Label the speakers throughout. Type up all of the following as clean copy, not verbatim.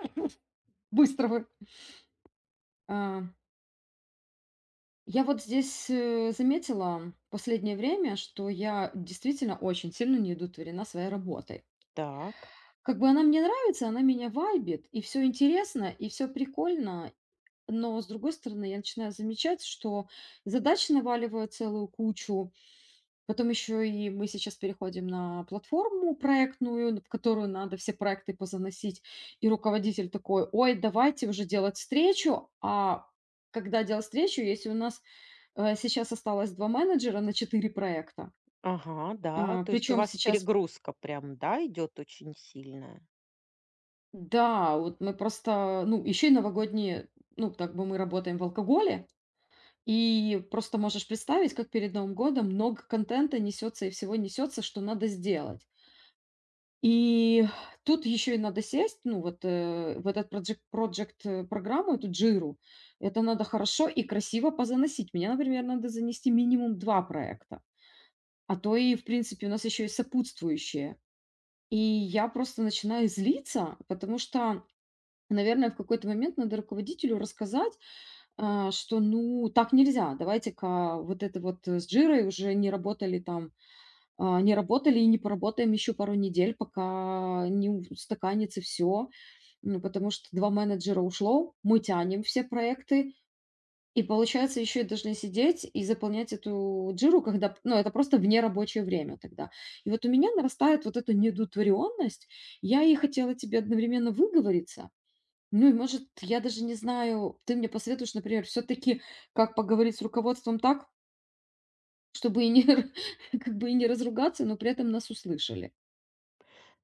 Speaker 1: Быстро вы. А, я вот здесь, заметила последнее время, что я действительно очень сильно неудовлетворена своей работой.
Speaker 2: Так.
Speaker 1: Как бы она мне нравится, она меня вайбит, и все интересно, и все прикольно. Но, с другой стороны, я начинаю замечать, что задач наваливаю целую кучу, потом еще и мы сейчас переходим на платформу проектную, в которую надо все проекты позаносить. И руководитель такой: "Ой, давайте уже делать встречу". А когда делать встречу, если у нас, сейчас осталось 2 менеджера на 4 проекта.
Speaker 2: Ага, да. То есть у
Speaker 1: Причем
Speaker 2: вас
Speaker 1: сейчас,
Speaker 2: перегрузка прям, да, идет очень сильная?
Speaker 1: да, вот мы просто, ну, еще и новогодние, ну, так бы мы работаем в алкоголе. И просто можешь представить, как перед Новым годом много контента несется и всего несется, что надо сделать. И тут еще и надо сесть, ну, вот, в этот проджект, программу, эту "Джиру". Это надо хорошо и красиво позаносить. Меня, например, надо занести минимум 2 проекта, а то и, в принципе, у нас еще и сопутствующие. И я просто начинаю злиться, потому что, наверное, в какой-то момент надо руководителю рассказать, что, ну, так нельзя. Давайте-ка вот это вот, с "Джирой" уже не работали там, не работали и не поработаем еще пару недель, пока не устаканится все, потому что 2 менеджера ушло, мы тянем все проекты, и, получается, еще и должны сидеть и заполнять эту джиру, когда, ну, это просто вне рабочее время тогда. И вот у меня нарастает вот эта неудовлетворенность. Я и хотела тебе одновременно выговориться. Ну и, может, я даже не знаю, ты мне посоветуешь, например, все таки как поговорить с руководством так, чтобы и не как бы и не разругаться, но при этом нас услышали.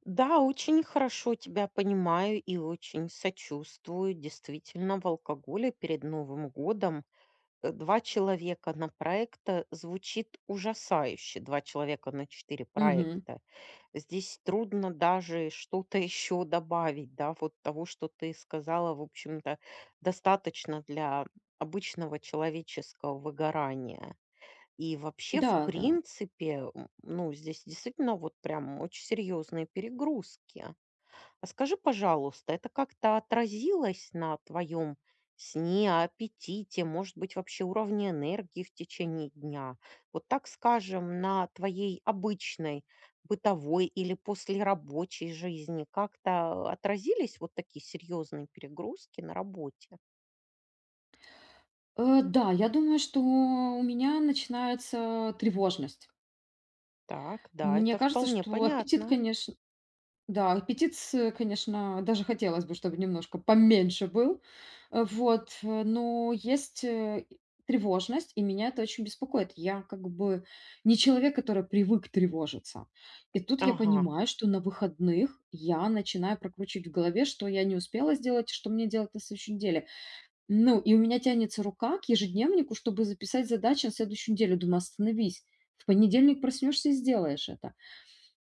Speaker 2: Да, очень хорошо тебя понимаю и очень сочувствую. Действительно, в алкоголе перед Новым годом два человека на проекта звучит ужасающе. Два человека на четыре
Speaker 1: Мгм.
Speaker 2: проекта. Здесь трудно даже что-то еще добавить, да, вот того, что ты сказала, в общем-то, достаточно для обычного человеческого выгорания. И вообще, в
Speaker 1: Да, да.
Speaker 2: принципе, ну, здесь действительно вот прям очень серьезные перегрузки. А скажи, пожалуйста, это как-то отразилось на твоем сне, аппетите, может быть, вообще уровне энергии в течение дня? Вот так скажем, на твоей обычной бытовой или послерабочей жизни как-то отразились вот такие серьезные перегрузки на работе?
Speaker 1: Да, я думаю, что у меня начинается тревожность.
Speaker 2: Так, да,
Speaker 1: Мне
Speaker 2: это
Speaker 1: кажется,
Speaker 2: вполне
Speaker 1: что аппетит,
Speaker 2: понятно.
Speaker 1: конечно, да, аппетит, с конечно, даже хотелось бы, чтобы немножко поменьше был. Но есть, и тревожность, и меня это очень беспокоит. Я как бы не человек, который привык тревожиться. И тут я
Speaker 2: Ага,
Speaker 1: понимаю, что на выходных я начинаю прокручивать в голове, что я не успела сделать и что мне делать на следующей неделе. Ну, и у меня тянется рука к ежедневнику, чтобы записать задачи на следующую неделю. Думаю, остановись. В понедельник проснешься и сделаешь это.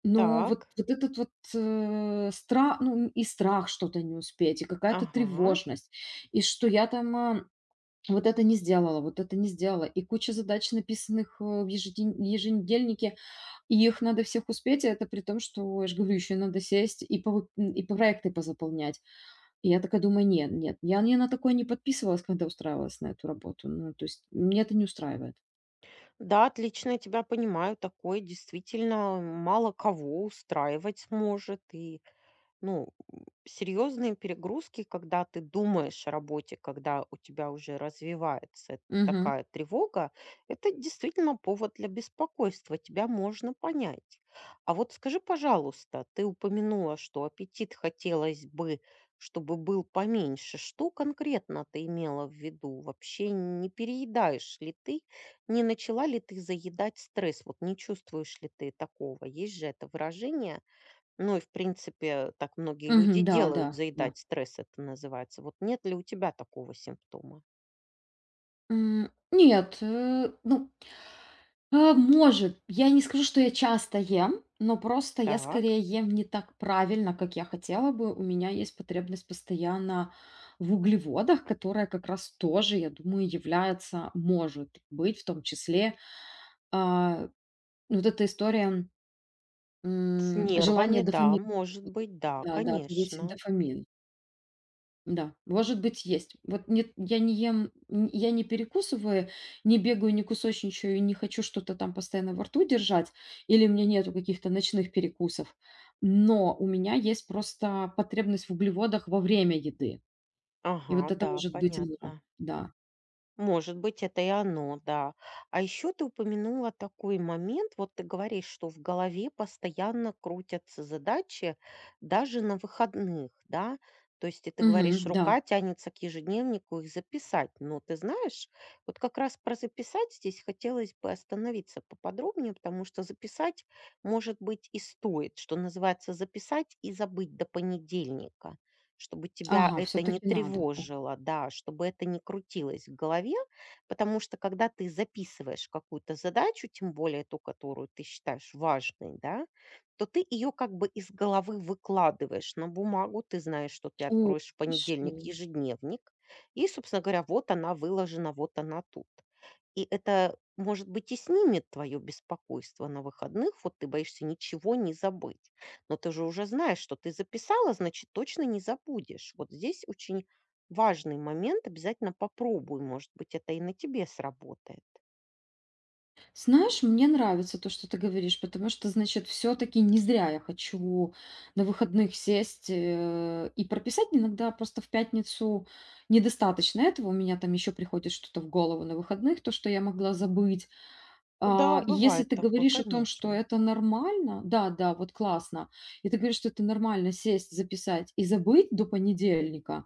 Speaker 1: Но вот,
Speaker 2: так,
Speaker 1: вот этот вот страх, ну и страх что-то не успеть, и какая-то
Speaker 2: ага.
Speaker 1: тревожность, и что я там, вот это не сделала, вот это не сделала, и куча задач, написанных в еженедельнике, и их надо всех успеть, и это при том, что, я же говорю, еще надо сесть и, и проекты позаполнять. И я такая думаю: "Нет, нет, я не на такое не подписывалась, когда устраивалась на эту работу". Ну, то есть меня это не устраивает.
Speaker 2: Да, отлично я тебя понимаю. Такое действительно мало кого устраивать может. И ну, серьезные перегрузки, когда ты думаешь о работе, когда у тебя уже развивается
Speaker 1: Мгм.
Speaker 2: такая тревога, это действительно повод для беспокойства, тебя можно понять. А вот скажи, пожалуйста, ты упомянула, что аппетит хотелось бы, чтобы был поменьше. Что конкретно ты имела в виду? Вообще не переедаешь ли ты? Не начала ли ты заедать стресс? Вот не чувствуешь ли ты такого? Есть же это выражение, ну и, в принципе, так многие люди
Speaker 1: Мгм. Да, да,
Speaker 2: делают,
Speaker 1: да.
Speaker 2: заедать стресс это называется. Вот нет ли у тебя такого симптома?
Speaker 1: Нет, ну, может, я не скажу, что я часто ем, но просто я
Speaker 2: Так,
Speaker 1: скорее ем не так правильно, как я хотела бы. У меня есть потребность постоянно в углеводах, которая как раз тоже, я думаю, является, может быть, в том числе, а, вот эта история.
Speaker 2: с
Speaker 1: Желание
Speaker 2: нервами, да,
Speaker 1: дофамин.
Speaker 2: может быть, да,
Speaker 1: Да, да, повысить
Speaker 2: конечно.
Speaker 1: дофамин. Да, может быть, есть. Вот нет, я не ем, я не перекусываю, не бегаю, не кусочничаю, не хочу что-то там постоянно во рту держать, или у меня нету каких-то ночных перекусов. Но у меня есть просто потребность в углеводах во время еды. И
Speaker 2: Ага,
Speaker 1: вот это
Speaker 2: да,
Speaker 1: может быть оно.
Speaker 2: понятно.
Speaker 1: Да.
Speaker 2: Может быть, это и оно, да. А еще ты упомянула такой момент, вот ты говоришь, что в голове постоянно крутятся задачи даже на выходных, да? То есть, и ты говоришь,
Speaker 1: Мгм, да.
Speaker 2: рука тянется к ежедневнику их записать. Но ты знаешь, вот как раз про записать здесь хотелось бы остановиться поподробнее, потому что записать, может быть, и стоит, что называется, записать и забыть до понедельника, чтобы тебя
Speaker 1: Ага,
Speaker 2: это не
Speaker 1: все-таки надо. О,
Speaker 2: тревожило, да, чтобы это не крутилось в голове, потому что когда ты записываешь какую-то задачу, тем более ту, которую ты считаешь важной, да, то ты ее как бы из головы выкладываешь на бумагу, ты знаешь, что ты
Speaker 1: о,
Speaker 2: откроешь в понедельник
Speaker 1: хорошо.
Speaker 2: ежедневник, и, собственно говоря, вот она выложена, вот она тут. И это, может быть, и снимет твое беспокойство на выходных, вот ты боишься ничего не забыть. Но ты же уже знаешь, что ты записала, значит, точно не забудешь. Вот здесь очень важный момент. Обязательно попробуй. Может быть, это и на тебе сработает.
Speaker 1: Знаешь, мне нравится то, что ты говоришь, потому что, значит, все-таки не зря я хочу на выходных сесть, и прописать, иногда просто в пятницу недостаточно этого. У меня там еще приходит что-то в голову на выходных, то, что я могла забыть.
Speaker 2: Да,
Speaker 1: И если
Speaker 2: бывает
Speaker 1: ты
Speaker 2: такое,
Speaker 1: говоришь о том, что
Speaker 2: конечно.
Speaker 1: это нормально, да, да, вот классно, и ты говоришь, что это нормально сесть, записать и забыть до понедельника,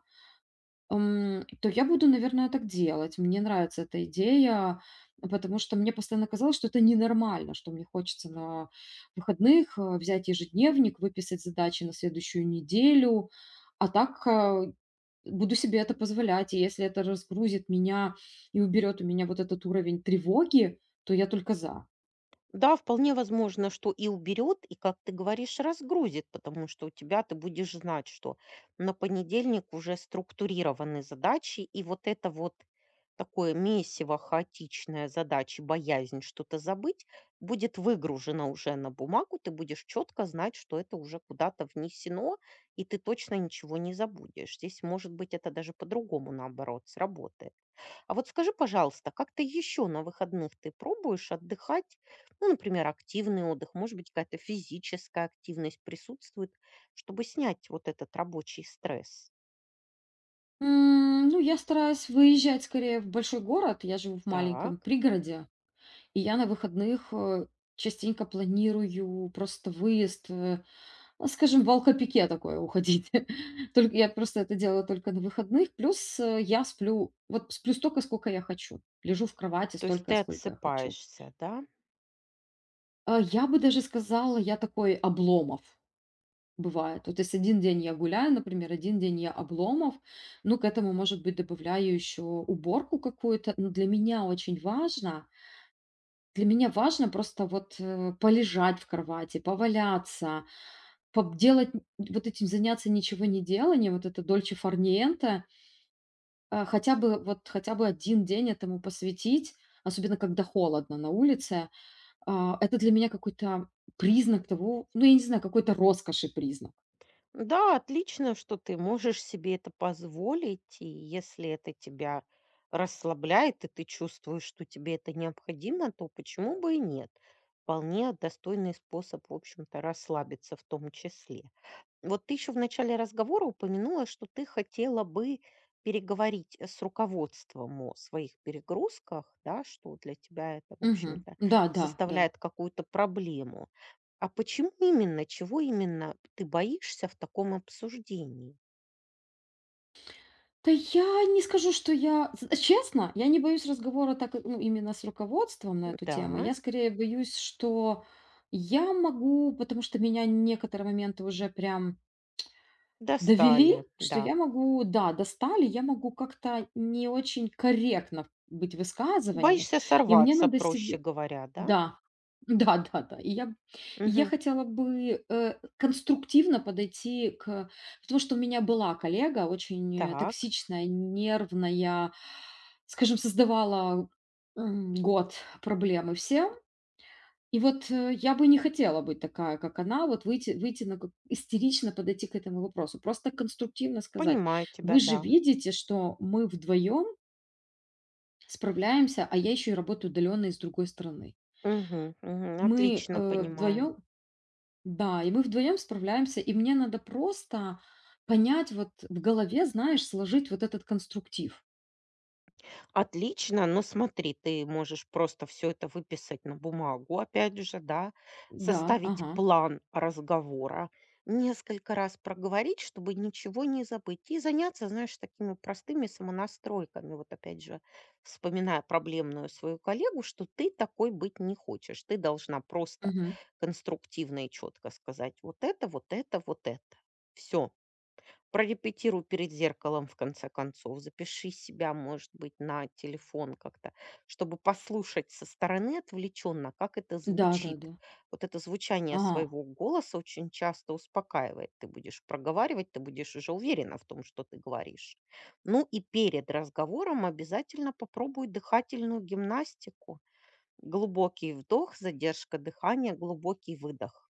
Speaker 1: То я буду, наверное, так делать. Мне нравится эта идея, потому что мне постоянно казалось, что это ненормально, что мне хочется на выходных взять ежедневник, выписать задачи на следующую неделю, а так, буду себе это позволять. И если это разгрузит меня и уберет у меня вот этот уровень тревоги, то я только за.
Speaker 2: Да, вполне возможно, что и уберет, и, как ты говоришь, разгрузит, потому что у тебя ты будешь знать, что на понедельник уже структурированы задачи, и вот это вот такое месиво хаотичная задача, боязнь что-то забыть, будет выгружено уже на бумагу, ты будешь четко знать, что это уже куда-то внесено, и ты точно ничего не забудешь. Здесь, может быть, это даже по-другому, наоборот, сработает. А вот скажи, пожалуйста, как ты еще на выходных ты пробуешь отдыхать? Ну, например, активный отдых, может быть, какая-то физическая активность присутствует, чтобы снять вот этот рабочий стресс.
Speaker 1: Ну, я стараюсь выезжать скорее в большой город. Я живу в маленьком
Speaker 2: Так,
Speaker 1: пригороде, и я на выходных, частенько планирую просто выезд, ну, скажем, в алкопике такое уходить. Только я просто это делаю только на выходных. Плюс, я сплю, вот сплю столько, сколько я хочу. Лежу в кровати
Speaker 2: то есть
Speaker 1: столько,
Speaker 2: ты
Speaker 1: сколько я хочу.
Speaker 2: отсыпаешься, да?
Speaker 1: Я бы даже сказала, я такой Обломов, бывает. Вот если один день я гуляю, например, один день я Обломов, ну, к этому, может быть, добавляю еще уборку какую-то. Но для меня очень важно, для меня важно просто вот, полежать в кровати, поваляться, делать, вот этим заняться, ничего не деланием, вот это дольче фар ниенте. Хотя бы вот, хотя бы один день этому посвятить, особенно когда холодно на улице. Это для меня какой-то признак того, ну, я не знаю, какой-то роскоши признак.
Speaker 2: Да, отлично, что ты можешь себе это позволить, и если это тебя расслабляет, и ты чувствуешь, что тебе это необходимо, то почему бы и нет? Вполне достойный способ, в общем-то, расслабиться в том числе. Вот ты еще в начале разговора упомянула, что ты хотела бы переговорить с руководством о своих перегрузках, да, что для тебя это, в
Speaker 1: Мгм.
Speaker 2: общем-то,
Speaker 1: Да, да, да.
Speaker 2: составляет какую-то проблему. А почему именно, чего именно ты боишься в таком обсуждении?
Speaker 1: Да я не скажу, что я з честно, я не боюсь разговора так, ну, именно с руководством на эту тему.
Speaker 2: Да,
Speaker 1: Я скорее боюсь, что я могу, потому что меня некоторые моменты уже прям довели,
Speaker 2: достали,
Speaker 1: что
Speaker 2: да.
Speaker 1: я могу, да, достали, я могу как-то не очень корректно быть в высказываниях,
Speaker 2: Боишься
Speaker 1: и мне
Speaker 2: сорваться,
Speaker 1: надо
Speaker 2: проще
Speaker 1: себе,
Speaker 2: говоря, да?
Speaker 1: да, да-да-да. И я
Speaker 2: Мгм.
Speaker 1: хотела бы, конструктивно подойти к, потому что у меня была коллега очень,
Speaker 2: Так,
Speaker 1: токсичная, нервная, скажем, создавала, год проблемы всем. И вот, я бы не хотела быть такая, как она, вот выйти на, как истерично подойти к этому вопросу. Просто конструктивно сказать:
Speaker 2: понимаю
Speaker 1: "Вы
Speaker 2: тебя,
Speaker 1: же
Speaker 2: да.
Speaker 1: видите, что мы вдвоем справляемся, а я еще и работаю удаленно из другой страны.
Speaker 2: Мгм, мгм,
Speaker 1: Мы,
Speaker 2: отлично понимаю.
Speaker 1: вдвоем". Да, и мы вдвоем справляемся, и мне надо просто понять, вот в голове, знаешь, сложить вот этот конструктив.
Speaker 2: Отлично, но смотри, ты можешь просто все это выписать на бумагу, опять же, да,
Speaker 1: Да,
Speaker 2: составить
Speaker 1: ага,
Speaker 2: план разговора, несколько раз проговорить, чтобы ничего не забыть, и заняться, знаешь, такими простыми самонастройками. Вот опять же, вспоминая проблемную свою коллегу, что ты такой быть не хочешь. Ты должна просто
Speaker 1: мгм.
Speaker 2: конструктивно и четко сказать вот это, вот это, вот это. Все. Прорепетируй перед зеркалом, в конце концов. Запиши себя, может быть, на телефон как-то, чтобы послушать со стороны отвлеченно, как это
Speaker 1: Да, да,
Speaker 2: звучит.
Speaker 1: да.
Speaker 2: Вот это звучание
Speaker 1: Ага.
Speaker 2: своего голоса очень часто успокаивает. Ты будешь проговаривать, ты будешь уже уверена в том, что ты говоришь. Ну и перед разговором обязательно попробуй дыхательную гимнастику. Глубокий вдох, задержка дыхания, глубокий выдох.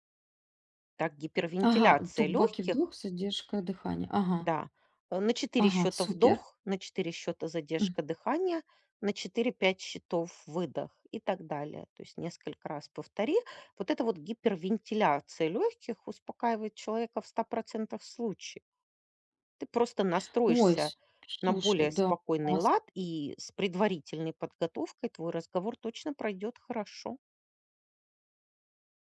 Speaker 2: Так,
Speaker 1: Ага,
Speaker 2: гипервентиляция
Speaker 1: глубокий вдох,
Speaker 2: легких,
Speaker 1: задержка дыхания. Ага,
Speaker 2: да. На четыре
Speaker 1: ага,
Speaker 2: счета
Speaker 1: супер.
Speaker 2: вдох, на 4 счета
Speaker 1: М.
Speaker 2: задержка дыхания, на четыре-пять счетов выдох и так далее. То есть несколько раз повтори. Вот эта вот гипервентиляция легких успокаивает человека в 100% случаев. Ты просто
Speaker 1: Ой,
Speaker 2: настроишься на
Speaker 1: слушай,
Speaker 2: более
Speaker 1: да,
Speaker 2: спокойный
Speaker 1: класс.
Speaker 2: лад, и с предварительной подготовкой твой разговор точно пройдет хорошо.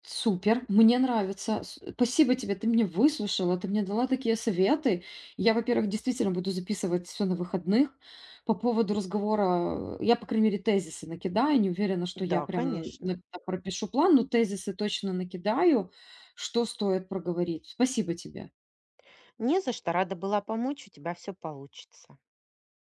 Speaker 1: Супер, мне нравится. Спасибо тебе, ты меня выслушала, ты мне дала такие советы. Я, во-первых, действительно буду записывать все на выходных. По поводу разговора, я, по крайней мере, тезисы накидаю. Не уверена, что я
Speaker 2: Да,
Speaker 1: прям
Speaker 2: конечно.
Speaker 1: пропишу план, но тезисы точно накидаю, что стоит проговорить. Спасибо тебе.
Speaker 2: Не за что. Рада была помочь. У тебя все получится.